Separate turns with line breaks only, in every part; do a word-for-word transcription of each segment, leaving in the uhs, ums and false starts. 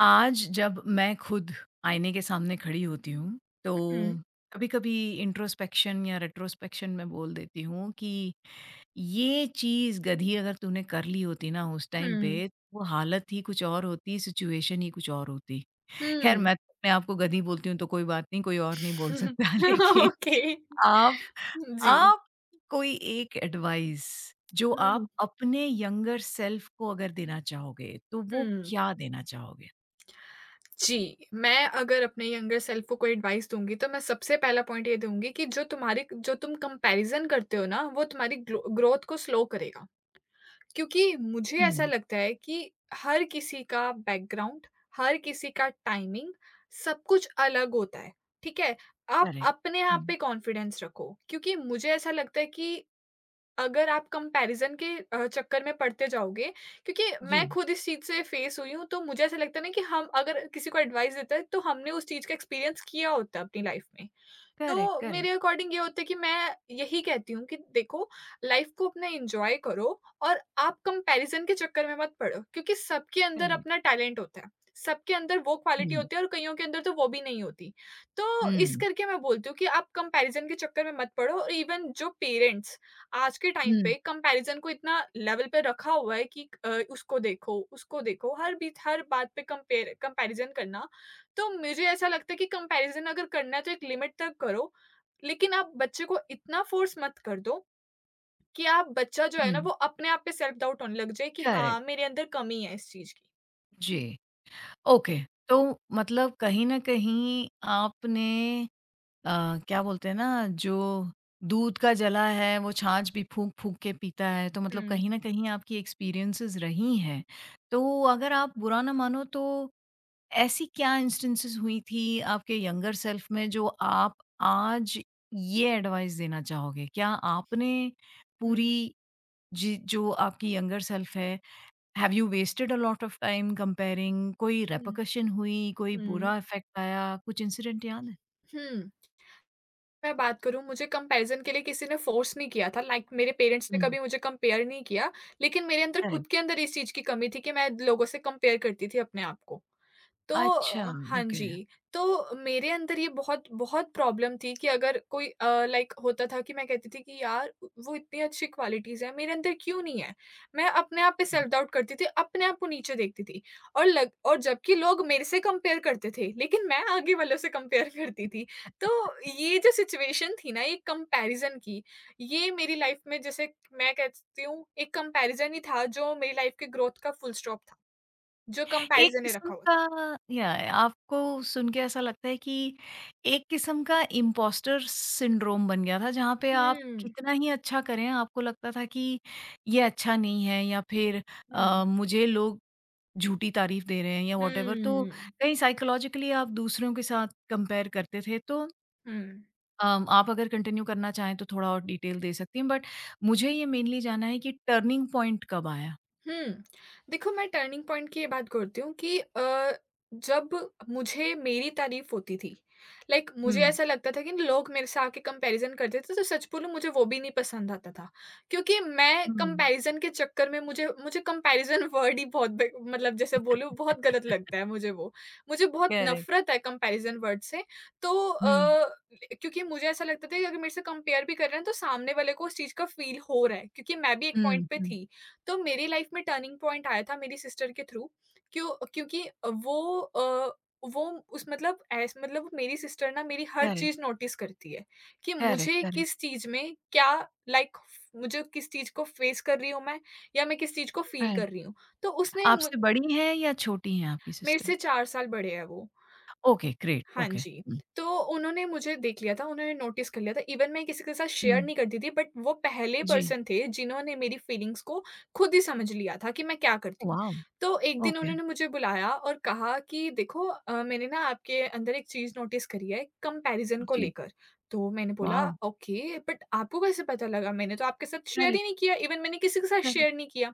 आज जब मैं खुद आईने के सामने खड़ी होती हूँ, तो
हुँ,
कभी-कभी इंट्रोस्पेक्शन या रेट्रोस्पेक्शन मैं बोल देती हूँ कि, "ये चीज़ गधी अगर तूने कर ली होती ना उस टाइम
हुँ,
पे, वो हालत ही कुछ और होती, सिचुएशन ही कुछ और होती।" खैर
हुँ।
मैं तो अपने आप को गधी बोलती हूँ तो कोई बात नहीं, कोई और नहीं बोल सकता लेकिन
ओके,
आप
जी।
आप कोई एक एडवाइस जो आप
हुँ,
अपने यंगर सेल्फ को अगर देना चाहोगे, तो वो
हुँ।
क्या देना चाहोगे?
जी, मैं अगर अपने यंगर सेल्फ को कोई एडवाइस दूँगी तो मैं सबसे पहला पॉइंट ये दूँगी कि जो तुम्हारी जो तुम कंपैरिज़न करते हो ना, वो तुम्हारी ग्लो ग्रोथ को स्लो करेगा। क्योंकि मुझे ऐसा लगता है कि हर किसी का बैकग्राउंड, हर किसी का टाइमिंग, सब कुछ अलग होता है, ठीक है? आप
करेक्ट।
अपने
हुँ।
आप पे कॉन्फिडेंस रखो, क्योंकि मुझे ऐसा लगता है कि अगर आप कंपैरिज़न के अ, चक्कर में पड़ते जाओगे, क्योंकि मैं
जी।
खुद इस चीज़ से फेस हुई हूँ, तो मुझे ऐसा लगता है ना कि हम अगर किसी को एडवाइस देते हैं, तो हमने उस चीज़ का एक्सपीरियंस किया होता है अपनी लाइफ़ में।
करेक्ट,
तो
करेक्ट,
मेरे अकॉर्डिंग ये होता है कि मैं यही कहती हूँ कि देखो, लाइफ को अपना एंजॉय करो और आप कंपैरिजन के चक्कर में मत पड़ो, क्योंकि सबके अंदर
करेक्ट।
अपना टैलेंट होता है। सबके अंदर वो क्वालिटी
हुँ,
होती है, और कईयों के अंदर तो वो भी नहीं होती। तो इस
हुँ,
करके मैं बोलती हूँ कि आप कंपैरिजन के चक्कर में मत पड़ो, और इवन जो पेरेंट्स आज के टाइम
हुँ,
पे कंपैरिजन को इतना लेवल पे रखा हुआ है कि अ, उसको देखो, उसको देखो, हर बीच हर बात पे कंपेयर कंपैरिजन करना। तो मुझे ऐसा लगता है कि कंपैरिज़न अगर करना है तो एक लिमिट तक करो, लेकिन आप बच्चे को इतना फ़ोर्स मत कर दो, कि आप बच्चा जो है
हुँ।
ना, वो अपने आप पे सेल्फ डाउट होने लग जाए, कि
करेक्ट,
हाँ, मेरे अंदर कमी है इस चीज़ की।
जी। ओके, तो मतलब कहीं न कहीं आपने अ, क्या बोलते हैं ना, जो दूध का जला है वो छाछ भी फूँक-फूँक के पीता है, तो मतलब
हुँ,
कहीं न कहीं आपकी एक्सपीरियंसेस रही हैं। तो अगर आप बुरा ना मानो तो ऐसी क्या इंस्टेंसेस हुई थी आपके यंगर सेल्फ में जो आप आज ये एडवाइस देना चाहोगे? क्या आपने
हुँ,
पूरी जी जो आपकी यंगर सेल्फ है, have you wasted a lot of time comparing? कोई
हुँ,
रेपरकशन हुई, कोई
हुँ,
बुरा इफ़ेक्ट आया, कुछ इंसिडेंट याद है?
हुँ। मैं बात करूँ, मुझे कंपैरिज़न के लिए किसी ने फ़ोर्स नहीं किया था, लाइक मेरे पेरेंट्स ने
हुँ,
कभी मुझे कंपेयर नहीं किया, लेकिन मेरे अंदर, खुद
करेक्ट।
के अंदर इस चीज़ की कमी थी कि मैं लोगों से कंपेयर करती थी अपने आप को। तो
अच्छा,
अ, हाँ
ओके।
जी, तो मेरे अंदर ये बहुत बहुत प्रॉब्लम थी कि अगर कोई अ, लाइक होता था कि मैं कहती थी कि यार, वो इतनी अच्छी क्वालिटीज़ हैं, मेरे अंदर क्यों नहीं है? मैं अपने आप पे सेल्फ डाउट करती थी, अपने आप को नीचे देखती थी, और लग और जबकि लोग मेरे से कंपेयर करते थे, लेकिन मैं आगे वालों से कंपेयर करती थी। तो ये जो सिचुएशन थी ना, ये कंपैरिज़न की, ये मेरी लाइफ में, जैसे मैं कहती हूँ, एक कंपैरिज़न ही था जो मेरी लाइफ की ग्रोथ का फुल स्टॉप था, जो
एक
कंपैरिज़न ने
किस्म
रखा हुआ
का,
था।
या आपको सुन के ऐसा लगता है कि एक किस्म का इम्पोस्टर सिंड्रोम बन गया था, जहाँ पे आप
हुँ।
कितना ही अच्छा करें, आपको लगता था कि ये अच्छा नहीं है, या फिर
嗯，
अ, मुझे लोग झूठी तारीफ़ दे रहे हैं या व्हॉटएवर। तो
嗯
कहीं साइकोलॉजिकली आप दूसरों के साथ कंपेयर करते थे। तो
嗯，嗯
अम, आप अगर कंटिन्यू करना चाहें तो थोड़ा और डिटेल दे सकती हैं, बट मुझे ये मेनली जानना है कि टर्निंग पॉइंट कब आया?
हुँ। देखो, मैं टर्निंग पॉइंट की ये बात करती हूँ कि अ, जब मुझे मेरी तारीफ़ होती थी, लाइक
हुँ,
मुझे ऐसा लगता था कि लोग मेरे से आके कंपैरिज़न करते थे, तो सच बोलूँ, मुझे वो भी नहीं पसंद आता था। क्योंकि मैं
हुँ।
कंपैरिज़न के चक्कर में, मुझे मुझे कंपैरिज़न वर्ड ही बहुत, ब मतलब, जैसे बोलूँ, बहुत गलत लगता है मुझे वो। मुझे बहुत
करेक्ट।
नफ़रत है कंपैरिज़न वर्ड से। तो
हुँ,
अ, क्योंकि मुझे ऐसा लगता था कि अगर मेरे से कंपेयर भी कर रहे हैं, तो सामने वाले को उस चीज़ का फ़ील हो रहा है, क्योंकि मैं भी एक
हुँ,
पॉइंट पे
हुँ।
थी। तो मेरी लाइफ में टर्निंग पॉइंट आया था मेरी सिस्टर के थ्रू, क्यों क्योंकि वो अ, वो उस मतलब ऐस मतलब मेरी सिस्टर ना, मेरी हर
करेक्ट,
चीज़ नोटिस करती है, कि
करेक्ट,
मुझे
करेक्ट,
किस चीज़ में क्या, लाइक मुझे किस चीज़ को फेस कर रही हूँ मैं, या मैं किस चीज़ को फील
राइट।
कर रही हूँ। तो उसने मु-
आपसे बड़ी हैं या छोटी हैं आपकी
मेरे
सिस्टर?
से चार साल बड़े है वो।
ओके, ग्रेट,
हाँ
ओके।
जी,
हुँ,
तो उन्होंने मुझे देख लिया था, उन्होंने नोटिस कर लिया था, इवन मैं किसी के साथ
हुँ,
शेयर नहीं करती थी, बट वो पहले
जी।
पर्सन थे जिन्होंने मेरी फीलिंग्स को खुद ही समझ लिया था कि मैं क्या करती हूँ।
वॉव!
तो एक दिन
ओके,
उन्होंने मुझे बुलाया और कहा कि देखो, अ, मैंने ना आपके अंदर एक चीज़ नोटिस करी है, कंपैरिज़न को
जी,
लेकर। तो मैंने बोला,
वॉव!
ओके, बट आपको कैसे पता लगा? मैंने तो आपके साथ शेयर
करेक्ट,
ही नहीं किया, इवन मैंने किसी के साथ
करेक्ट,
शेयर नहीं किया।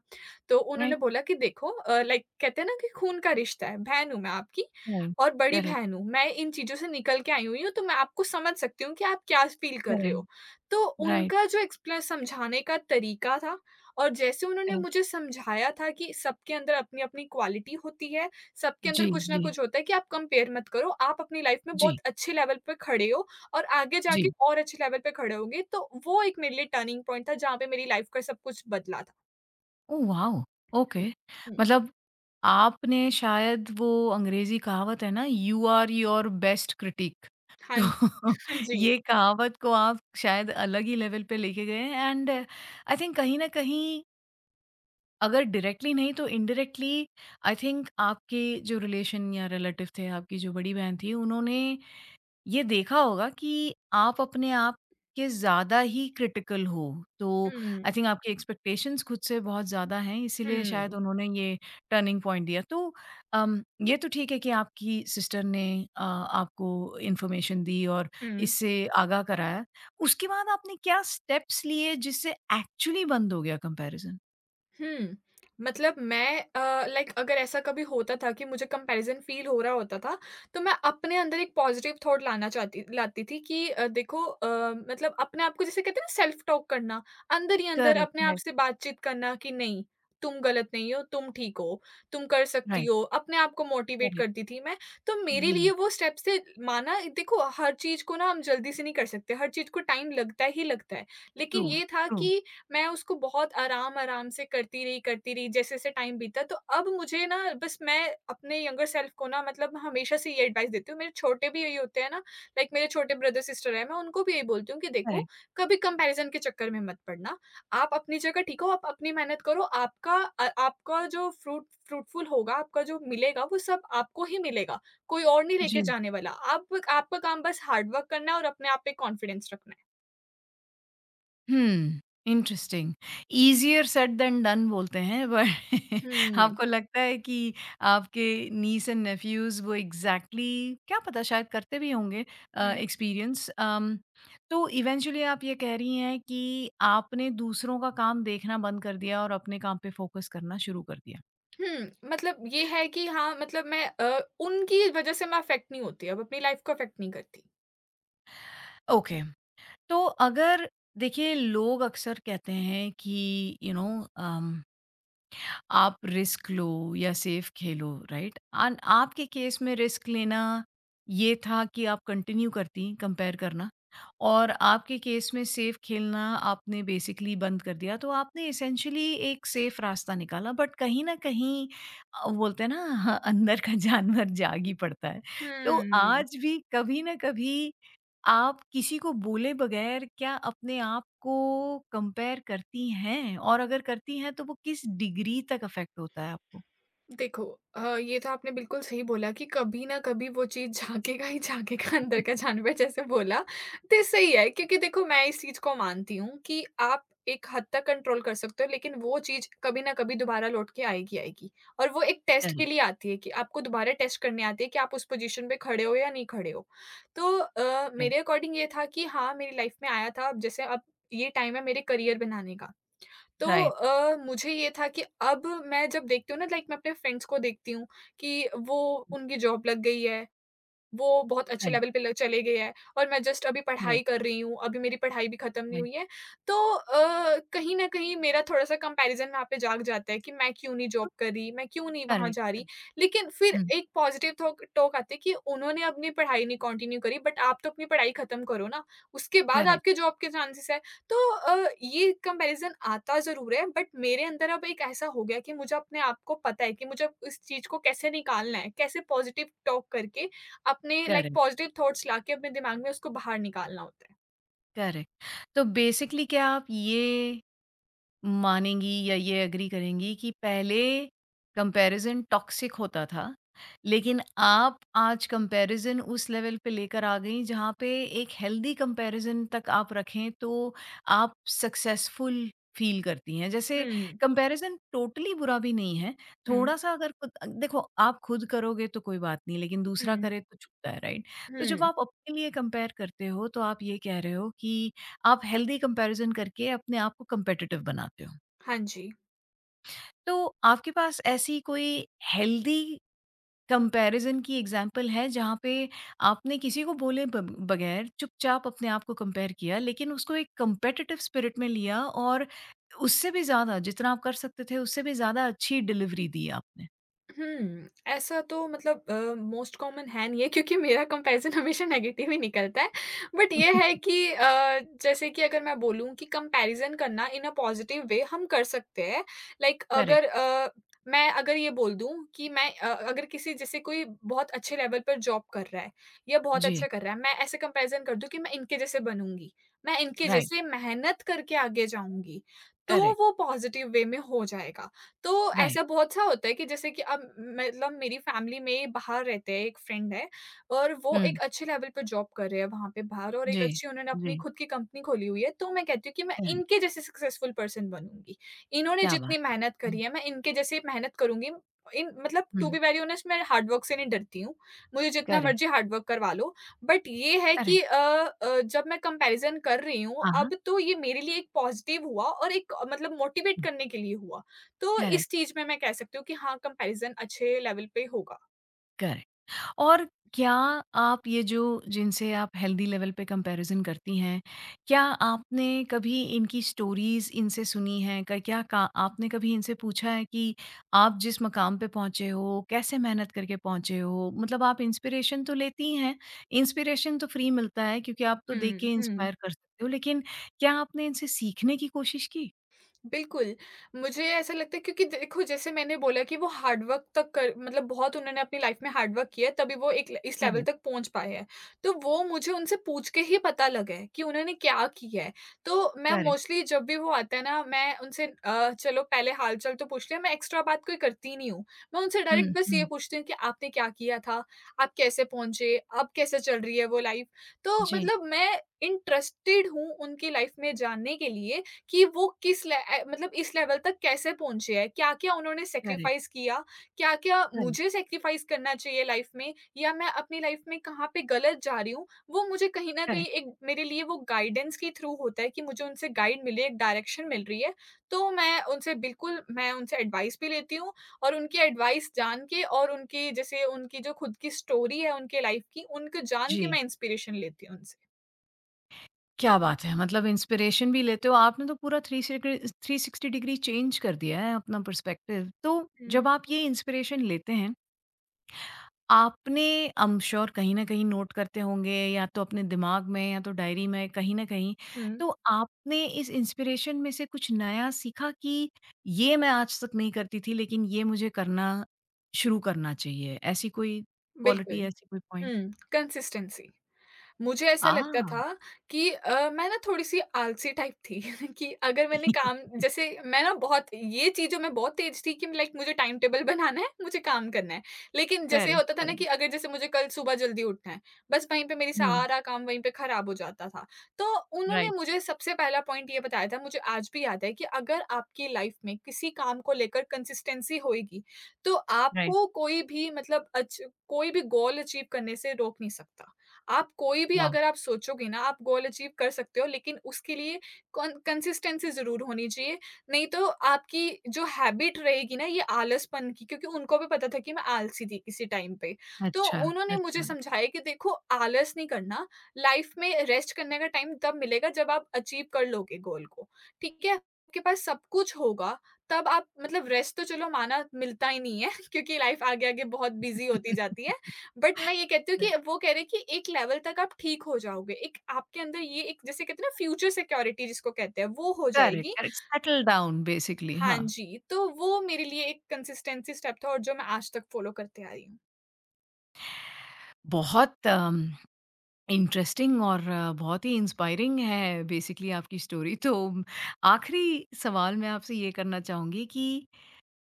तो उन्होंने
राइट,
बोला कि देखो, अ, लाइक कहते हैं ना कि खून का रिश्ता है, बहन हूँ मैं आपकी,
राइट,
और बड़ी
करेक्ट,
बहन हूँ, मैं इन चीज़ों से निकल के आई हुई हूँ, तो मैं आपको समझ सकती हूँ कि आप क्या फ़ील कर रहे
करेक्ट,
हो। तो
राइट,
उनका जो एक्सप्ले समझाने का तरीका था, और जैसे उन्होंने
करेक्ट।
मुझे समझाया था कि सबके अंदर अपनी-अपनी क्वालिटी होती है, सबके अंदर
जी,
कुछ ना
जी,
कुछ होता है, कि आप कंपेयर मत करो, आप अपनी लाइफ़ में
जी,
बहुत अच्छे लेवल पे खड़े हो, और आगे जाके
जी।
और अच्छे लेवल पे खड़े होंगे, तो वो एक मेरे लिए टर्निंग पॉइंट था, जहाँ पे मेरी लाइफ़ का सब कुछ बदला था।
Oh wow! ओके,
हुँ, हुँ।
मतलब आपने शायद वो अंग्रेज़ी कहावत है ना, "you are your best critic",
हाँ,
तो
हाँ जी।
ये कहावत को आप शायद अलग ही लेवल पे लेके गए हैं एंड आई थिंक कहीं न कहीं, अगर डायरेक्टली नहीं तो इनडायरेक्टली, आई थिंक आपके जो रिलेशन या रिलेटिव थे, आपकी जो बड़ी बहन थी, उन्होंने ये देखा होगा कि आप अपने आप के ज़्यादा ही क्रिटिकल हो। तो
हुँ,
आई थिंक आपकी एक्सपेक्टेशंस खुद से बहुत ज़्यादा हैं, इसीलिए शायद
हुँ,
उन्होंने ये टर्निंग पॉइंट दिया। तो अम, ये तो ठीक है कि आपकी सिस्टर ने अ, आपको इन्फॉर्मेशन दी और
हुँ।
इससे आगाह कराया। उसके बाद आपने क्या स्टेप्स लिए जिससे एक्चुअली बंद हो गया कंपैरिज़न?
हुँ। मतलब, मैं अ, लाइक, अगर ऐसा कभी होता था कि मुझे कंपैरिज़न फ़ील हो रहा होता था, तो मैं अपने अंदर एक पॉज़िटिव थॉट लाना चाहती लाती थी, कि अ, देखो, अ, मतलब अपने आप को जिसे कहते हैं ना, सेल्फ टॉक करना, अंदर ही अंदर
करेक्ट,
अपने आप
करेक्ट।
से बातचीत करना कि नहीं, तुम गलत नहीं हो, तुम ठीक हो, तुम कर सकती
राइट,
हो, अपने आप को मोटिवेट
करेक्ट,
करती थी मैं। तो मेरे लिए
जी,
वो स्टेप्स थे। माना, देखो, हर चीज़ को ना हम जल्दी से नहीं कर सकते, हर चीज़ को टाइम लगता ही लगता है।
ट्रू,
लेकिन ये था
ट्रू,
कि मैं उसको बहुत आराम-आराम से करती रही, करती रही, जैसे-जैसे टाइम बीता, तो अब मुझे ना, बस मैं अपने यंगर सेल्फ को ना, मतलब हमेशा से ये एडवाइस देती हूँ, मेरे छोटे भी यही होते हैं ना, लाइक मेरे छोटे ब्रदर-सिस्टर हैं, मैं उनको भी यही बोलती हूँ कि देखो,
करेक्ट,
कभी कंपैरिज़न के चक्कर में मत पड़ना। आप अपनी जगह ठीक हो, आप अपनी मेहनत करो, आपका अ, आपका जो फ्रूट फ्रूटफुल होगा, आपका जो मिलेगा वो सब आपको ही मिलेगा, कोई और नहीं लेके
जी।
जाने वाला। आप, आपका काम बस हार्ड वर्क करना है, और अपने आप पे कॉन्फिडेंस रखना है।
हुँ, interesting. Easier said than done बोलते हैं बट
हुँ,
आपको लगता है कि आपके नीस एंड नेफ्यूज़ वो एग्ज़ैक्टली, क्या पता शायद करते भी होंगे अ,
हुँ।
एक्सपीरियंस। अम, तो इवेंचुअली आप ये कह रही हैं कि आपने दूसरों का काम देखना बंद कर दिया और अपने काम पे फ़ोकस करना शुरू कर दिया।
हुँ, मतलब ये है कि हाँ, मतलब मैं अ, उनकी वज़ह से मैं अफ़ेक्ट नहीं होती, अब अपनी लाइफ़ को अफ़ेक्ट नहीं करती।
Okay, okay. तो अगर, देखिए, लोग अक्सर कहते हैं कि यू you नो, अम आप रिस्क लो या सेफ खेलो, राइट, एंड आपके केस में रिस्क लेना ये था कि आप कंटिन्यू करती कंपेयर करना, और आपके केस में सेफ खेलना आपने बेसिकली बंद कर दिया। तो आपने इसेंशली एक सेफ रास्ता निकाला, बट कहीं ना कहीं अ, बोलते हैं ना हाँ, अंदर का जानवर जाग ही पड़ता है। तो
हुँ।
आज भी कभी ना कभी आप किसी को बोले बगैर क्या अपने आप को कंपेयर करती हैं? और अगर करती हैं तो वो किस डिग्री तक अफ़ेक्ट होता है आपको?
देखो, अ, ये तो आपने बिल्कुल सही बोला कि कभी ना कभी वो चीज़ झाँकेगा ही झाँकेगा अंदर का जानवर जैसे बोला। तो सही है, क्योंकि देखो, मैं इस चीज़ को मानती हूँ कि आप एक हद तक कंट्रोल कर सकते हो, लेकिन वो चीज़ कभी ना कभी दोबारा लौट के आएगी, आएगी। और वो एक टेस्ट के
करेक्ट,
लिए आती है, कि आपको दोबारा टेस्ट करने आती है कि आप उस पोज़ीशन पे खड़े हो या नहीं खड़े हो। तो अ,
राइट,
मेरे अकॉर्डिंग ये था कि हाँ, मेरी लाइफ़ में आया था। अब जैसे अब ये टाइम है मेरे करियर बनाने का। तो
राइट,
अ, मुझे ये था कि अब मैं जब देखती हूँ ना, लाइक मैं अपने फ्रेंड्स को देखती हूँ कि वो, उनकी जॉब लग गई है, वो बहुत अच्छे
राइट,
लेवल पे ल चले गए हैं, और मैं जस्ट अभी पढ़ाई
करेक्ट,
कर रही हूँ, अभी मेरी पढ़ाई भी खत्म नहीं
राइट,
हुई है। तो अ, कहीं न कहीं मेरा थोड़ा-सा कंपैरिज़न वहाँ पे जाग जाता है, कि मैं क्यों नहीं
तो
जॉब कर रही, मैं क्यों नहीं वहाँ
करेक्ट,
जा रही।
करेक्ट,
लेकिन फिर
हुँ,
एक पॉज़िटिव थॉक टॉक आती है, कि उन्होंने अपनी पढ़ाई नहीं कंटिन्यू करी, बट आप तो अपनी पढ़ाई खत्म करो ना, उसके बाद
करेक्ट,
आपके जॉब के चांसेस हैं। तो अ, ये कंपैरिज़न आता ज़रूर है, बट मेरे अंदर अब एक ऐसा हो गया कि मुझे अपने आप को पता है कि मुझे अब इस चीज़ को कैसे निकालना है, कैसे पॉज़िटिव टॉक करके, अपने लाइक
करेक्ट,
पॉज़िटिव थॉट्स लाके अपने दिमाग में उसको बाहर निकालना होता है।
करेक्ट। तो बेसिकली क्या आप ये मानेंगी या ये एग्री करेंगी कि पहले कंपैरिज़न टॉक्सिक होता था, लेकिन आप आज कंपैरिज़न उस लेवल पे लेकर आ गईं जहाँ पे एक हेल्दी कंपैरिज़न तक आप रखें तो आप सक्सेसफुल फ़ील करती हैं। जैसे
हुँ,
कंपैरिज़न टोटली बुरा भी नहीं है,
हुँ,
थोड़ा-सा अगर खुद अ, देखो आप खुद करोगे तो कोई बात नहीं, लेकिन
हुँ,
दूसरा करे तो चुभता है, राइट? तो जब
हुँ।
आप अपने लिए कंपेयर करते हो तो आप ये कह रहे हो कि आप हेल्दी कंपैरिज़न करके अपने आप को कॉम्पिटिटिव बनाते हो।
हाँ जी।
तो आपके पास ऐसी कोई हेल्दी कंपैरिज़न की एग्ज़ाम्पल है जहाँ पे आपने किसी को बोले ब बगैर चुपचाप अपने आप को कंपेयर किया, लेकिन उसको एक कॉम्पिटिटिव स्पिरिट में लिया और उससे भी ज़्यादा, जितना आप कर सकते थे उससे भी ज़्यादा अच्छी डिलीवरी दी आपने?
हुँ, ऐसा तो मतलब अ, मोस्ट कॉमन है नहीं है, क्योंकि मेरा कंपैरिज़न हमेशा नेगेटिव ही निकलता है। बट ये है कि अ, जैसे कि अगर मैं बोलूँ कि कंपैरिज़न करना इन अ पॉज़िटिव वे हम कर सकते हैं। लाइक
करेक्ट,
अगर अ, मैं अगर ये बोल दूँ कि मैं अ, अगर किसी जैसे, कोई बहुत अच्छे लेवल पर जॉब कर रहा है या बहुत
जी,
अच्छा कर रहा है, मैं ऐसे कंपैरिज़न कर दूँ कि मैं इनके जैसे बनूँगी, मैं इनके
राइट,
जैसे मेहनत करके आगे जाऊँगी, तो
करेक्ट,
वो पॉज़िटिव वे में हो जाएगा। तो
राइट,
ऐसा बहुत-सा होता है कि जैसे कि अब, मतलब मेरी फ़ैमिली में बाहर रहते हैं, एक फ्रेंड है, और वो
हुँ,
एक अच्छे लेवल पे जॉब कर रहे हैं वहाँ पे बाहर, और एक
जी,
अच्छी उन्होंने अपनी
जी,
खुद की कंपनी खोली हुई है। तो मैं कहती हूँ कि मैं
करेक्ट,
इनके जैसे सक्सेसफुल पर्सन बनूँगी। इन्होंने
क्या बात!
जितनी मेहनत
हुँ,
करी है, मैं इनके जैसे मेहनत करूँगी। इन मतलब
हुँ,
टू बी वेरी ऑनेस्ट, मैं हार्ड वर्क से नहीं डरती हूँ। मुझे जितना
करेक्ट,
मर्ज़ी हार्ड वर्क करवा लो। बट ये है
करेक्ट,
कि अ अ, जब मैं कंपैरिज़न कर रही हूँ,
हाँ, हाँ,
अब तो ये मेरे लिए एक पॉज़िटिव हुआ, और एक अ, मतलब मोटिवेट
हुँ,
करने के लिए हुआ। तो
करेक्ट,
इस चीज़ में मैं कह सकती हूँ कि हाँ, कंपैरिज़न अच्छे लेवल पे होगा।
करेक्ट। और क्या आप ये जो, जिनसे आप हेल्दी लेवल पे कंपैरिज़न करती हैं, क्या आपने कभी इनकी स्टोरीज़ इनसे सुनी हैं? क क्या का आपने कभी इनसे पूछा है कि आप जिस मकाम पे पहुँचे हो, कैसे मेहनत करके पहुँचे हो? मतलब आप इंस्पिरेशन तो लेती हैं, इंस्पिरेशन तो फ्री मिलता है क्योंकि आप तो देख
हुँ,
के
हुँ।
इंस्पायर कर सकते हो, लेकिन क्या आपने इनसे सीखने की कोशिश की?
बिल्कुल, मुझे ऐसा लगता है क्योंकि देखो जैसे मैंने बोला कि वो हार्ड वर्क तक कर मतलब बहुत उन्होंने अपनी लाइफ़ में हार्ड वर्क किया है तभी वो एक इस लेवल
करेक्ट,
तक पहुँच पाए हैं। तो वो मुझे उनसे पूछ के ही पता लगा है कि उन्होंने क्या किया है। तो मैं
करेक्ट।
मोस्टली जब भी वो आते हैं ना मैं उनसे अ, चलो पहले हाल-चाल तो पूछ लिया, मैं एक्स्ट्रा बात कोई करती ही नहीं हूँ। मैं उनसे
हुँ,
डायरेक्ट बस ये
हुँ।
पूछती हूँ कि आपने क्या किया था? आप कैसे पहुँचे? अब कैसे चल रही है वो लाइफ़? तो
जी,
मतलब मैं इंटरेस्टेड हूँ उनकी लाइफ़ में जानने के लिए कि वो किस ले अ, मतलब इस लेवल तक कैसे पहुँचे हैं? क्या-क्या उन्होंने
करेक्ट,
सैक्रिफ़ाइस किया? क्या-क्या
करेक्ट,
मुझे सैक्रिफ़ाइस करना चाहिए लाइफ़ में या मैं अपनी लाइफ़ में कहाँ पे गलत जा रही हूँ? वो मुझे कहीं न कहीं
करेक्ट।
एक मेरे लिए वो गाइडेंस के थ्रू होता है कि मुझे उनसे गाइड मिली है, एक डायरेक्शन मिल रही है। तो मैं उनसे बिल्कुल मैं उनसे एडवाइस भी लेती हूँ और उनकी एडवाइस जान के और उनकी जैसे उनकी जो खुद की स्टोरी है उनके लाइफ़ की, उनको जान के
जी।
मैं इंस्पिरेशन लेती हूँ उनसे।
क्या बात है! मतलब इंस्पिरेशन भी लेते हो। आपने तो पूरा थ्री सिग्री थ्री सिक्स्टी डिग्री चेंज कर दिया है अपना पर्सपेक्टिव। तो
हुँ।
जब आप ये इंस्पिरेशन लेते हैं, आपने, आई एम श्योर, कहीं न कहीं नोट करते होंगे, या तो अपने दिमाग में या तो डायरी में, कहीं न कहीं।
हुँ,
तो आपने इस इंस्पिरेशन में से कुछ नया सीखा कि ये मैं आज तक नहीं करती थी लेकिन ये मुझे करना शुरू करना चाहिए। ऐसी कोई क्वालिटी,
बिल्कुल।
ऐसी कोई पॉइंट?
हुँ, कंसिस्टेंसी। मुझे ऐसा लगता था
आह!
कि अ, मैं ना थोड़ी-सी आलसी टाइप थी कि अगर मैंने काम जैसे मैं ना बहुत ये चीज़ों में बहुत तेज़ थी कि लाइक मुझे टाइम टेबल बनाना है, मुझे काम करना है। लेकिन जैसे
करेक्ट,
होता था ना
करेक्ट।
कि अगर जैसे मुझे कल सुबह जल्दी उठना है, बस वहीं पे मेरी
हुँ,
सारा काम वहीं पे खराब हो जाता था। तो उन्होंने
राइट,
मुझे सबसे पहला पॉइंट ये बताया था, मुझे आज भी याद है कि अगर आपकी लाइफ़ में किसी काम को लेकर कंसिस्टेंसी होएगी, तो
राइट।
आपको कोई भी मतलब अच कोई भी गोल अचीव करने से रोक नहीं सकता। आप कोई भी
वाह!
अगर आप सोचोगे ना, आप गोल अचीव कर सकते हो, लेकिन उसके लिए कॉन कंसिस्टेंसी ज़रूर होनी चाहिए। नहीं तो आपकी जो हैबिट रहेगी ना, ये आलसपन की, क्योंकि उनको भी पता था कि मैं आलसी थी किसी टाइम पे। तो
अच्छा,
उन्होंने मुझे
अच्छा।
समझाया कि देखो आलस नहीं करना, लाइफ़ में रेस्ट करने का टाइम तब मिलेगा जब आप अचीव कर लोगे गोल को, ठीक है? आपके पास सब कुछ होगा, तब आप मतलब रेस्ट तो चलो माना मिलता ही नहीं है क्योंकि लाइफ़ आगे-आगे बहुत बिज़ी होती जाती है। बट मैं ये कहती हूँ कि वो कह रहे हैं कि एक लेवल तक आप ठीक हो जाओगे। एक आपके अंदर ये एक जैसे कहते हैं ना फ्यूचर सिक्योरिटी जिसको कहते हैं, वो हो
करेक्ट,
जाएगी।
करेक्ट, सेटल डाउन बेसिकली,
हाँ
हाँ।
जी, तो वो मेरे लिए एक कंसिस्टेंसी स्टेप था और जो मैं आज तक फ़ॉलो करते आ रही हूँ।
बहुत अम, इंटरेस्टिंग और अ, बहुत ही इंस्पायरिंग है बेसिकली आपकी स्टोरी। तो म, आखिरी सवाल मैं आपसे ये करना चाहूँगी कि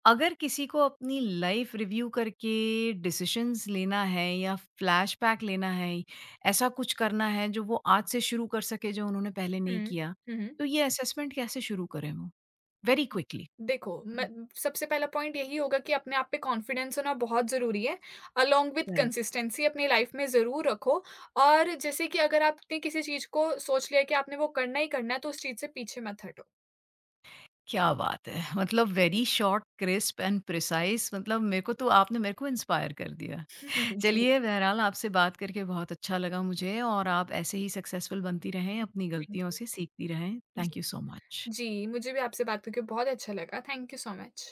अगर किसी को अपनी लाइफ़ रिव्यू करके डिसीज़न्स लेना है या फ्लैशबैक लेना है, ऐसा कुछ करना है जो वो आज से शुरू कर सके जो उन्होंने पहले नहीं
हुँ,
किया,
हुँ, हुँ।
तो ये असेसमेंट कैसे शुरू करें वो? Very quickly.
देखो, मैं
हुँ,
सबसे पहला पॉइंट यही होगा कि अपने आप पे कॉन्फिडेंस होना बहुत ज़रूरी है। Along with
correct.
कंसिस्टेंसी अपनी लाइफ़ में ज़रूर रखो, और जैसे कि अगर आपने किसी चीज़ को सोच लिया कि आपने वो करना ही करना है, तो उस चीज़ से पीछे मत हटो।
क्या बात है! मतलब very short, crisp and precise. मतलब मेरे को तो आपने मेरे को इंस्पायर कर दिया।
जी,
चलिए, बहरहाल आपसे बात करके बहुत अच्छा लगा मुझे, और आप ऐसे ही सक्सेसफुल बनती रहें, अपनी
थैंक
गलतियों
यू।
से सीखती रहें। थैंक
जी।
You so much.
जी, मुझे भी आपसे बात करके बहुत अच्छा लगा। Thank you so much.